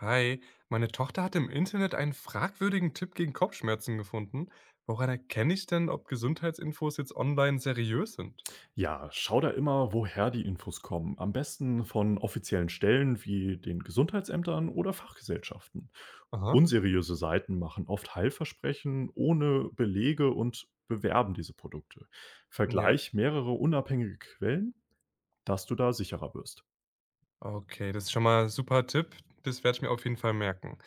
Hi, meine Tochter hat im Internet einen fragwürdigen Tipp gegen Kopfschmerzen gefunden. Woran erkenne ich denn, ob Gesundheitsinfos jetzt online seriös sind? Ja, schau da immer, woher die Infos kommen. Am besten von offiziellen Stellen wie den Gesundheitsämtern oder Fachgesellschaften. Aha. Unseriöse Seiten machen oft Heilversprechen ohne Belege und bewerben diese Produkte. Ja, Vergleich mehrere unabhängige Quellen, dass du da sicherer wirst. okay, das ist schon mal ein super Tipp. Das werde ich mir auf jeden Fall merken.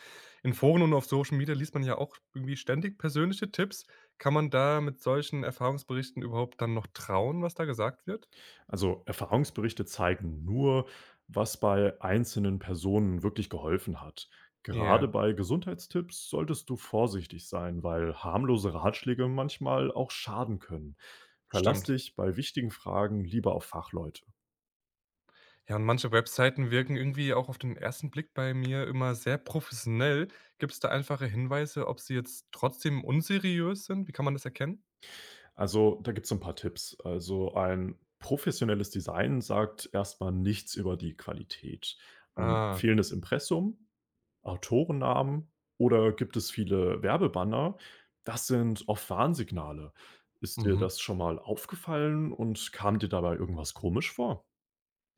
In Foren und auf Social Media liest man ja auch irgendwie ständig persönliche Tipps. Kann man da mit solchen Erfahrungsberichten überhaupt dann noch trauen, was da gesagt wird? Also Erfahrungsberichte zeigen nur, was bei einzelnen Personen wirklich geholfen hat. Ja, Gerade bei Gesundheitstipps solltest du vorsichtig sein, weil harmlose Ratschläge manchmal auch schaden können. Verlass stimmt. dich bei wichtigen Fragen lieber auf Fachleute. Ja, und manche Webseiten wirken irgendwie auch auf den ersten Blick bei mir immer sehr professionell. Gibt es da einfache Hinweise, ob sie jetzt trotzdem unseriös sind? Wie kann man das erkennen? Also da gibt es ein paar Tipps. Also ein professionelles Design sagt erstmal nichts über die Qualität. Ein Ah, fehlendes Impressum, Autorennamen oder gibt es viele Werbebanner? Das sind oft Warnsignale. Ist dir mhm. das schon mal aufgefallen und kam dir dabei irgendwas komisch vor?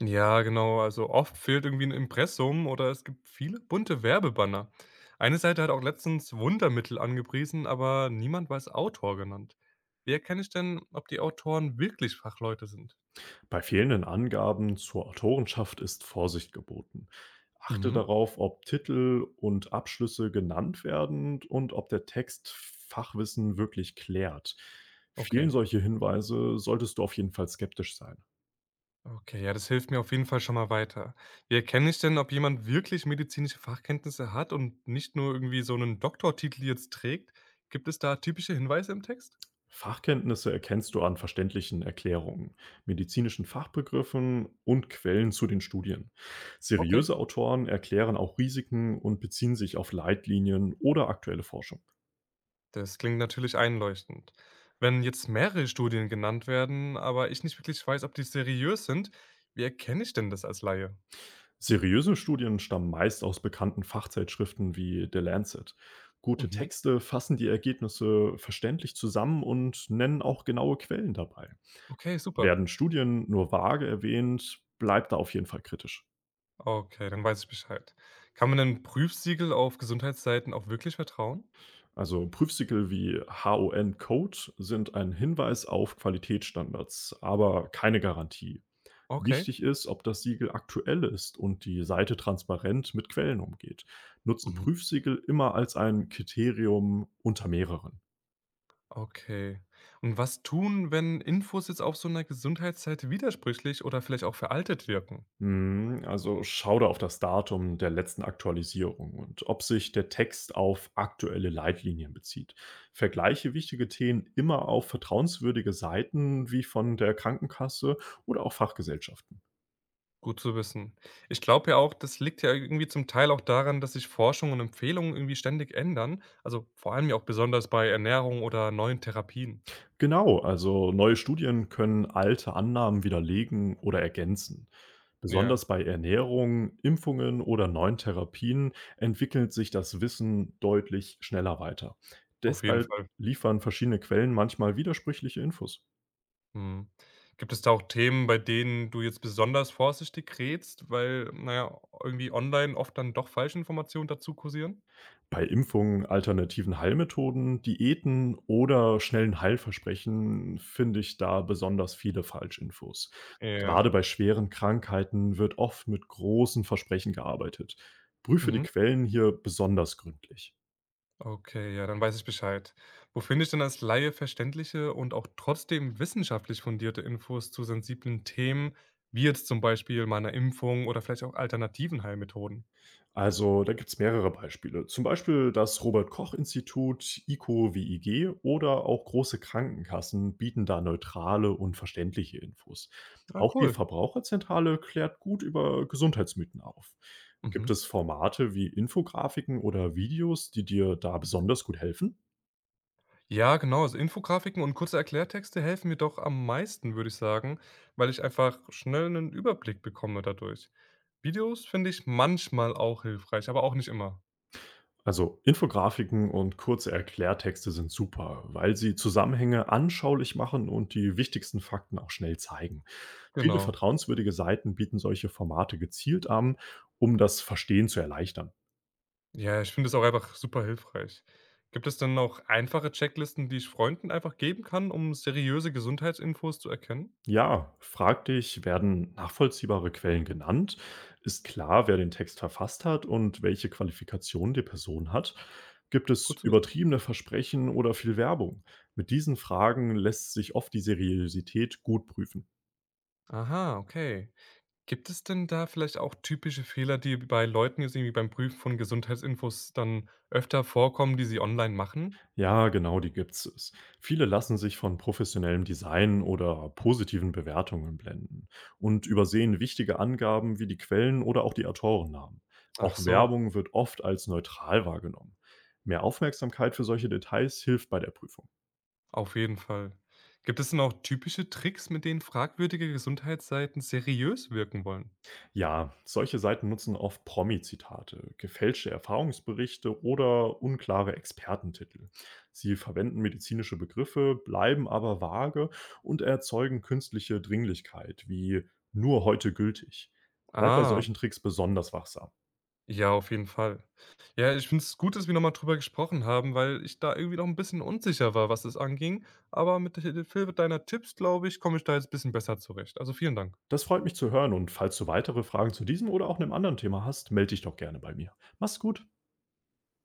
Ja, genau. Also oft fehlt irgendwie ein Impressum oder es gibt viele bunte Werbebanner. Eine Seite hat auch letztens Wundermittel angepriesen, aber niemand war als Autor genannt. Wie erkenne ich denn, ob die Autoren wirklich Fachleute sind? Bei fehlenden Angaben zur Autorenschaft ist Vorsicht geboten. Achte Mhm, darauf, ob Titel und Abschlüsse genannt werden und ob der Text Fachwissen wirklich klärt. okay. Vielen solche Hinweise solltest du auf jeden Fall skeptisch sein. Okay, ja, das hilft mir auf jeden Fall schon mal weiter. Wie erkenne ich denn, ob jemand wirklich medizinische Fachkenntnisse hat und nicht nur irgendwie so einen Doktortitel jetzt trägt? Gibt es da typische Hinweise im Text? Fachkenntnisse erkennst du an verständlichen Erklärungen, medizinischen Fachbegriffen und Quellen zu den Studien. Okay, Seriöse Autoren erklären auch Risiken und beziehen sich auf Leitlinien oder aktuelle Forschung. das klingt natürlich einleuchtend. Wenn jetzt mehrere Studien genannt werden, aber ich nicht wirklich weiß, ob die seriös sind, wie erkenne ich denn das als Laie? Seriöse Studien stammen meist aus bekannten Fachzeitschriften wie The Lancet. Gute Mhm. Texte fassen die Ergebnisse verständlich zusammen und nennen auch genaue Quellen dabei. Okay, super. Werden Studien nur vage erwähnt, bleibt da auf jeden Fall kritisch. Okay, dann weiß ich Bescheid. Kann man denn Prüfsiegel auf Gesundheitsseiten auch wirklich vertrauen? Also Prüfsiegel wie HON Code sind ein Hinweis auf Qualitätsstandards, aber keine Garantie. Okay. Wichtig ist, ob das Siegel aktuell ist und die Seite transparent mit Quellen umgeht. Nutze Mhm. Prüfsiegel immer als ein Kriterium unter mehreren. Okay. Und was tun, wenn Infos jetzt auf so einer Gesundheitsseite widersprüchlich oder vielleicht auch veraltet wirken? Mhm, also schau da auf das Datum der letzten Aktualisierung und ob sich der Text auf aktuelle Leitlinien bezieht. Vergleiche wichtige Themen immer auf vertrauenswürdige Seiten wie von der Krankenkasse oder auch Fachgesellschaften. Gut zu wissen. Ich glaube ja auch, das liegt ja irgendwie zum Teil auch daran, dass sich Forschung und Empfehlungen irgendwie ständig ändern, also vor allem ja auch besonders bei Ernährung oder neuen Therapien. Genau, also neue Studien können alte Annahmen widerlegen oder ergänzen. Ja, Besonders bei Ernährung, Impfungen oder neuen Therapien entwickelt sich das Wissen deutlich schneller weiter. auf jeden Deshalb Fall. liefern verschiedene Quellen manchmal widersprüchliche Infos. Mhm. Gibt es da auch Themen, bei denen du jetzt besonders vorsichtig rätst, weil, naja, irgendwie online oft dann doch falsche Informationen dazu kursieren? Bei Impfungen, alternativen Heilmethoden, Diäten oder schnellen Heilversprechen finde ich da besonders viele Falschinfos. Ja. Gerade bei schweren Krankheiten wird oft mit großen Versprechen gearbeitet. Prüfe die Mhm. Quellen hier besonders gründlich. Okay, ja, dann weiß ich Bescheid. Wo finde ich denn als Laie verständliche und auch trotzdem wissenschaftlich fundierte Infos zu sensiblen Themen, wie jetzt zum Beispiel meiner Impfung oder vielleicht auch alternativen Heilmethoden? Also, da gibt es mehrere Beispiele. Zum Beispiel das Robert-Koch-Institut, IKO wie IG, oder auch große Krankenkassen bieten da neutrale und verständliche Infos. Ah, Auch die cool. Verbraucherzentrale klärt gut über Gesundheitsmythen auf. Gibt Mhm. es Formate wie Infografiken oder Videos, die dir da besonders gut helfen? Ja, genau. Also Infografiken und kurze Erklärtexte helfen mir doch am meisten, würde ich sagen, weil ich einfach schnell einen Überblick bekomme dadurch. Videos finde ich manchmal auch hilfreich, aber auch nicht immer. Also Infografiken und kurze Erklärtexte sind super, weil sie Zusammenhänge anschaulich machen und die wichtigsten Fakten auch schnell zeigen. Viele Genau. vertrauenswürdige Seiten bieten solche Formate gezielt an, um das Verstehen zu erleichtern. Ja, ich finde es auch einfach super hilfreich. Gibt es denn noch einfache Checklisten, die ich Freunden einfach geben kann, um seriöse Gesundheitsinfos zu erkennen? Ja, frag dich, werden nachvollziehbare Quellen genannt? Ist klar, wer den Text verfasst hat und welche Qualifikation die Person hat? Gibt Gut es zu wissen. übertriebene Versprechen oder viel Werbung? Mit diesen Fragen lässt sich oft die Seriosität gut prüfen. Aha, okay. Gibt es denn da vielleicht auch typische Fehler, die bei Leuten jetzt irgendwie beim Prüfen von Gesundheitsinfos dann öfter vorkommen, die sie online machen? Ja, genau, die gibt es. Viele lassen sich von professionellem Design oder positiven Bewertungen blenden und übersehen wichtige Angaben wie die Quellen oder auch die Autorennamen. Ach Auch so, Werbung wird oft als neutral wahrgenommen. Mehr Aufmerksamkeit für solche Details hilft bei der Prüfung. auf jeden Fall. Gibt es denn auch typische Tricks, mit denen fragwürdige Gesundheitsseiten seriös wirken wollen? Ja, solche Seiten nutzen oft Promi-Zitate, gefälschte Erfahrungsberichte oder unklare Expertentitel. Sie verwenden medizinische Begriffe, bleiben aber vage und erzeugen künstliche Dringlichkeit, wie nur heute gültig. Bleib bei Ah, solchen Tricks besonders wachsam. ja, auf jeden Fall. Ja, ich finde es gut, dass wir nochmal drüber gesprochen haben, weil ich da irgendwie noch ein bisschen unsicher war, was es anging. Aber mit der Hilfe deiner Tipps, glaube ich, komme ich da jetzt ein bisschen besser zurecht. Also, vielen Dank. Das freut mich zu hören, und falls du weitere Fragen zu diesem oder auch einem anderen Thema hast, melde dich doch gerne bei mir. Mach's gut!